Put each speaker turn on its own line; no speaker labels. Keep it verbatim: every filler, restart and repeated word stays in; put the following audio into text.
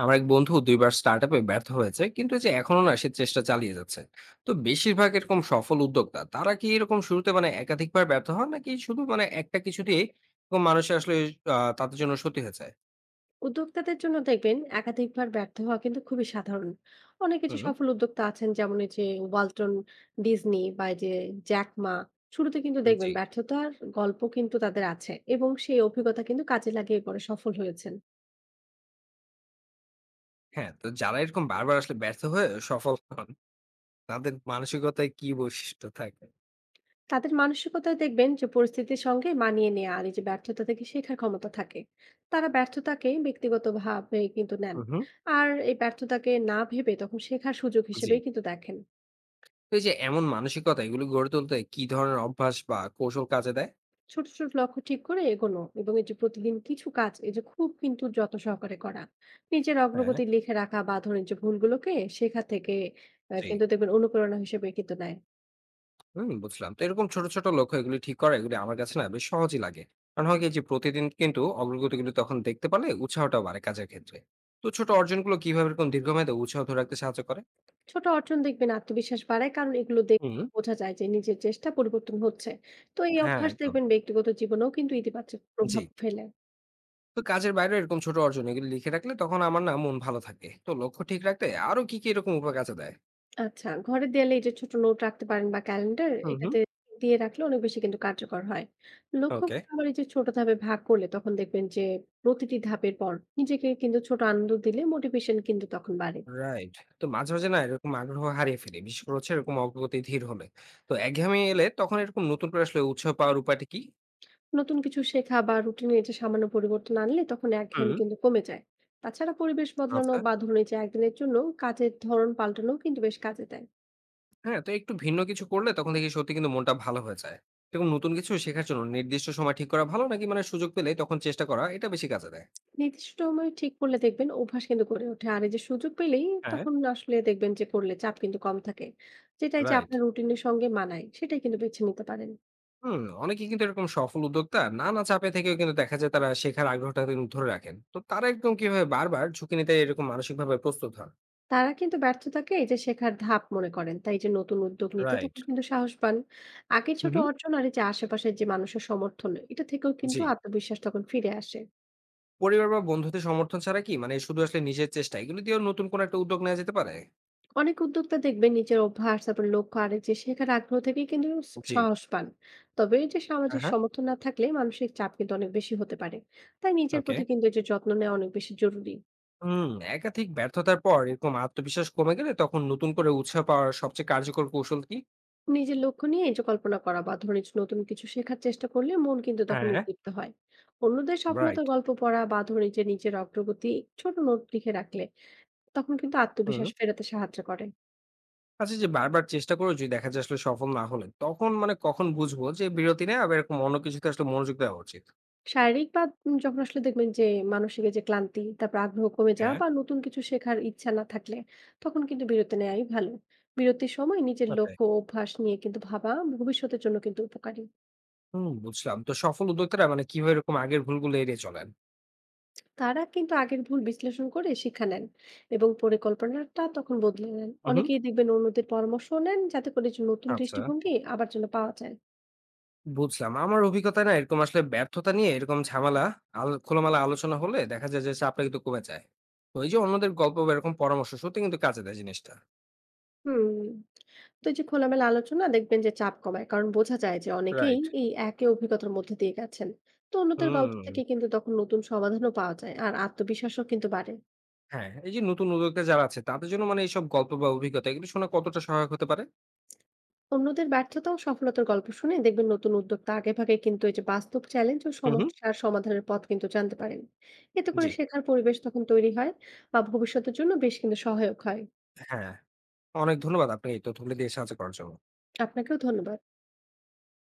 আমার এক বন্ধু দুইবার স্টার্টআপে ব্যর্থ হয়েছে, কিন্তু এই যে এখনো না সে চেষ্টা চালিয়ে যাচ্ছে। তো বেশিরভাগ এরকম সফল উদ্যোক্তা তারা কি এরকম শুরুতে মানে একাধিকবার ব্যর্থ হয় নাকি শুধু মানে একটা কিছু দিয়ে এরকম মানুষ আসলে আহ, তাদের জন্য সত্যি হয়ে যায়?
উদ্যোক্তাদের জন্য দেখবেন একাধিকবার ব্যর্থ হওয়া কিন্তু খুবই সাধারণ। অনেক কিছু
হুম।
সফল উদ্যোক্তা আছেন, যেমন এই যে ওয়ালটন, ডিজনি বা এই যে জ্যাক মা শুরুতে কিন্তু দেখবেন
জি।
ব্যর্থতার গল্প কিন্তু তাদের আছে এবং সেই অভিজ্ঞতা কিন্তু কাজে লাগিয়ে পরে সফল হয়েছেন।
হ্যাঁ, তো যারা এরকম বারবার আসলে ব্যর্থ হয়ে সফল হন তাদের মানসিকতায় কি বৈশিষ্ট্য থাকে?
তাদের মানসিকতায় দেখবেন যে পরিস্থিতির সঙ্গে মানিয়ে নেয়া আর এই যে ব্যর্থতা থেকে শেখার ক্ষমতা থাকে। তারা ব্যর্থতাকে ব্যক্তিগতভাবে কিন্তু নেন।
হুম, হুম।
আর এই ব্যর্থতাকে না ভেবে তখন শেখার সুযোগ
জি।
হিসেবেই কিন্তু দেখেন।
তো এই যে এমন মানসিকতা এগুলো গড়ে তুলতে কি ধরনের অভ্যাস বা কৌশল কাজে দেয়?
ছোট, ছোট লক্ষ্য ঠিক করে এগোনো এবং এই যে প্রতিদিন কিছু কাজ এই যে খুব কিন্তু যত্ন সহকারে করা। নিজের
হ্যাঁ।
অগ্রগতি লিখে রাখা বা ধরেন যে ভুলগুলোকে শেখা থেকে আ
জি।
কিন্তু দেখবেন অনুপ্রেরণা হিসেবে কিন্তু নেয়।
হুম, বুঝলাম। তো এরকম ছোট, ছোট লক্ষ্য এগুলি ঠিক করা এগুলি আমার কাছে না বেশ সহজই লাগে। কারণ হয় কি যে প্রতিদিন কিন্তু অগ্রগতিগুলো তখন দেখতে পারলে উৎসাহটাও বাড়ে কাজের ক্ষেত্রে। তো ছোট অর্জনগুলো কিভাবে এরকম দীর্ঘমেয়াদে উৎসাহ ধরে রাখতে সাহায্য করে?
ছোট অর্জন দেখবেন আত্মবিশ্বাস বাড়ায় কারণ এগুলো দেখে
হুম।
বোঝা যায় যে নিজের চেষ্টা পরিবর্তন হচ্ছে। তো এই
হ্যাঁ,
অভ্যাস
একদম।
দেখবেন ব্যক্তিগত জীবনেও কিন্তু ইতিবাচক
জি।
প্রভাব ফেলে।
তো কাজের বাইরে এরকম ছোট অর্জন এগুলি লিখে রাখলে তখন আমার না মন ভালো থাকে। তো লক্ষ্য ঠিক রাখতে আরো কি, কি এরকম উপায় কাজে দেয়?
আচ্ছা, ঘরের দেয়ালে এই যে ছোট নোট রাখতে পারেন বা ক্যালেন্ডার
হুম, হুম।
এটাতে দিয়ে রাখলে অনেক বেশি কিন্তু কার্যকর হয়। লক্ষ্য
ওকে।
আবার এই যে ছোট ধাপে ভাগ করলে তখন দেখবেন যে প্রতিটি ধাপের পর নিজেকে কিন্তু ছোট আনন্দ দিলে মোটিভেশন কিন্তু তখন বাড়ে।
রাইট। তো মাঝে, মাঝে না এরকম আগ্রহ হারিয়ে ফেলি। বিশেষ করে হচ্ছে এরকম অগ্রগতি ধীর হলে। তো একঘেয়েমি এলে তখন এরকম নতুন করে আসলে উৎসাহ পাওয়ার উপায়টা কি?
নতুন কিছু শেখা বা রুটিনে এই যে সামান্য পরিবর্তন আনলে তখন একঘেয়েমি
হুম।
কিন্তু কমে যায়। তাছাড়া পরিবেশ বদলানো
আচ্ছা।
বা ধরুন এই যে একদিনের জন্য কাজের ধরন পাল্টানো কিন্তু বেশ কাজে দেয়।
হ্যাঁ, তো একটু ভিন্ন কিছু করলে তখন দেখি সত্যি কিন্তু মনটা ভালো হয়ে যায়। এরকম নতুন কিছু শেখার জন্য নির্দিষ্ট সময় ঠিক করা ভালো নাকি মানে সুযোগ পেলেই তখন চেষ্টা করা এটা বেশি কাজে দেয়?
নির্দিষ্ট সময় ঠিক করলে দেখবেন অভ্যাস কিন্তু গড়ে ওঠে আর এই যে সুযোগ পেলেই
হ্যাঁ।
তখন আসলে দেখবেন যে করলে চাপ কিন্তু কম থাকে। যেটাই যে
রাইট।
আপনার রুটিনের সঙ্গে মানায় সেটাই কিন্তু বেছে নিতে পারেন।
হুম, অনেকেই কিন্তু এরকম সফল উদ্যোক্তা নানা চাপে থেকেও কিন্তু দেখা যায় তারা শেখার আগ্রহটা কিন্তু ধরে রাখেন। তো তারা একদম কিভাবে বারবার ঝুঁকি নিতে এরকম মানসিকভাবে প্রস্তুত হন?
তারা কিন্তু ব্যর্থতাকে এই যে শেখার ধাপ মনে করেন, তাই যে নতুন উদ্যোগ নিতে
রাইট।
তখন কিন্তু সাহস পান। আগে
হুম,
ছোট
হুম।
অর্জন আর এই যে আশেপাশের যে মানুষের সমর্থন এটা থেকেও কিন্তু
জি।
আত্মবিশ্বাস তখন ফিরে আসে।
পরিবার বা বন্ধুদের সমর্থন ছাড়া কি মানে শুধু আসলে নিজের চেষ্টা এগুলো দিয়েও নতুন কোনো একটা উদ্যোগ নেওয়া যেতে পারে?
অনেক উদ্যোক্তা দেখবেন নিজের অভ্যাস, তারপর লক্ষ্য আর এই যে শেখার আগ্রহ থেকে কিন্তু স-
জি।
সাহস পান। তবে এই যে
হ্যাঁ,
সামাজিক
হ্যাঁ।
সমর্থন না থাকলে মানসিক চাপ কিন্তু অনেক বেশি হতে পারে। তাই নিজের
ওকে।
প্রতি কিন্তু এই যে যত্ন নেওয়া অনেক বেশি জরুরি।
হুম। একাধিক ব্যর্থতার পর এরকম আত্মবিশ্বাস কমে গেলে তখন নতুন করে উৎসাহ পাওয়ার সবচেয়ে কার্যকর কৌশল কি?
নিজের লক্ষ্য নিয়ে এই যে কল্পনা করা বা ধরুন এই যে নতুন কিছু শেখার চেষ্টা করলে মন কিন্তু তখন
হ্যাঁ।
উদ্দীপ্ত হয়। অন্যদের
রাইট।
সফলতার গল্প পড়া বা ধরুন এই যে নিজের অগ্রগতি ছোট নোট লিখে রাখলে তখন কিন্তু
হুম।
আত্মবিশ্বাস ফেরাতে সাহায্য করে।
আচ্ছা, যে বারবার চেষ্টা করে যদি দেখা যায় আসলে সফল না হলেন তখন মানে কখন বুঝবো যে বিরতি নেই আবার এরকম অন্য কিছুতে আসলে মনোযোগ দেওয়া উচিত?
শারীরিক বা উম যখন আসলে দেখবেন যে মানসিক এই যে ক্লান্তি, তারপর আগ্রহ কমে যাওয়া
হ্যাঁ।
বা নতুন কিছু শেখার ইচ্ছা না থাকলে তখন কিন্তু বিরতি নেয়াই ভালো। বিরতির সময় নিজের
ওটাই।
লক্ষ্য ও অভ্যাস নিয়ে কিন্তু ভাবা ভবিষ্যতের জন্য কিন্তু উপকারী।
হুম, বুঝলাম। তো সফল উদ্যোক্তারা মানে কিভাবে এরকম আগের ভুলগুলো এড়িয়ে চলেন?
তারা কিন্তু আগের ভুল বিশ্লেষণ করে শিক্ষা নেন এবং পরিকল্পনাটা তখন বদলে নেন।
হুম।
অনেকেই দেখবেন অন্যদের পরামর্শ নেন যাতে করে যে নতুন
আচ্ছা।
দৃষ্টিভঙ্গি আবার যেন পাওয়া যায়।
বুঝলাম। আমার অভিজ্ঞতায় না এরকম আসলে ব্যর্থতা নিয়ে এরকম ঝামেলা আল খোলামেলা আলোচনা হলে দেখা যায় যে চাপটা কিন্তু কমে যায়। তো এই যে অন্যদের গল্প বা এরকম পরামর্শ সত্যি কিন্তু কাজে দেয় জিনিসটা।
হুম। তো এই যে খোলামেলা আলোচনা দেখবেন যে চাপ কমায়। কারণ বোঝা যায় যে অনেকেই
রাইট।
এই একই অভিজ্ঞতার মধ্যে দিয়ে গেছেন। তো অন্যদের গল্প থেকে
হুম,
কিন্তু তখন নতুন সমাধানও পাওয়া যায়। আর আত্মবিশ্বাসও কিন্তু বাড়ে।
হ্যাঁ। এই যে নতুন উদ্যোক্তা যারা আছে তাদের জন্য মানে এইসব গল্প বা অভিজ্ঞতা এগুলো শোনা কতটা সহায়ক হতে পারে?
অন্যদের ব্যর্থতা ও সফলতার গল্প শুনে দেখবেন নতুন উদ্যোক্তা আগেভাগে কিন্তু এই যে বাস্তব চ্যালেঞ্জ ও
হু, হু।
সমস্যার সমাধানের পথ কিন্তু জানতে পারেন। এতে করে
জি।
শেখার পরিবেশ তখন তৈরি হয় বা ভবিষ্যতের জন্য বেশ কিন্তু সহায়ক হয়।
হ্যাঁ, অনেক ধন্যবাদ আপনাকে এই তথ্যগুলো দিয়ে সাহায্য করার জন্য।
আপনাকেও ধন্যবাদ।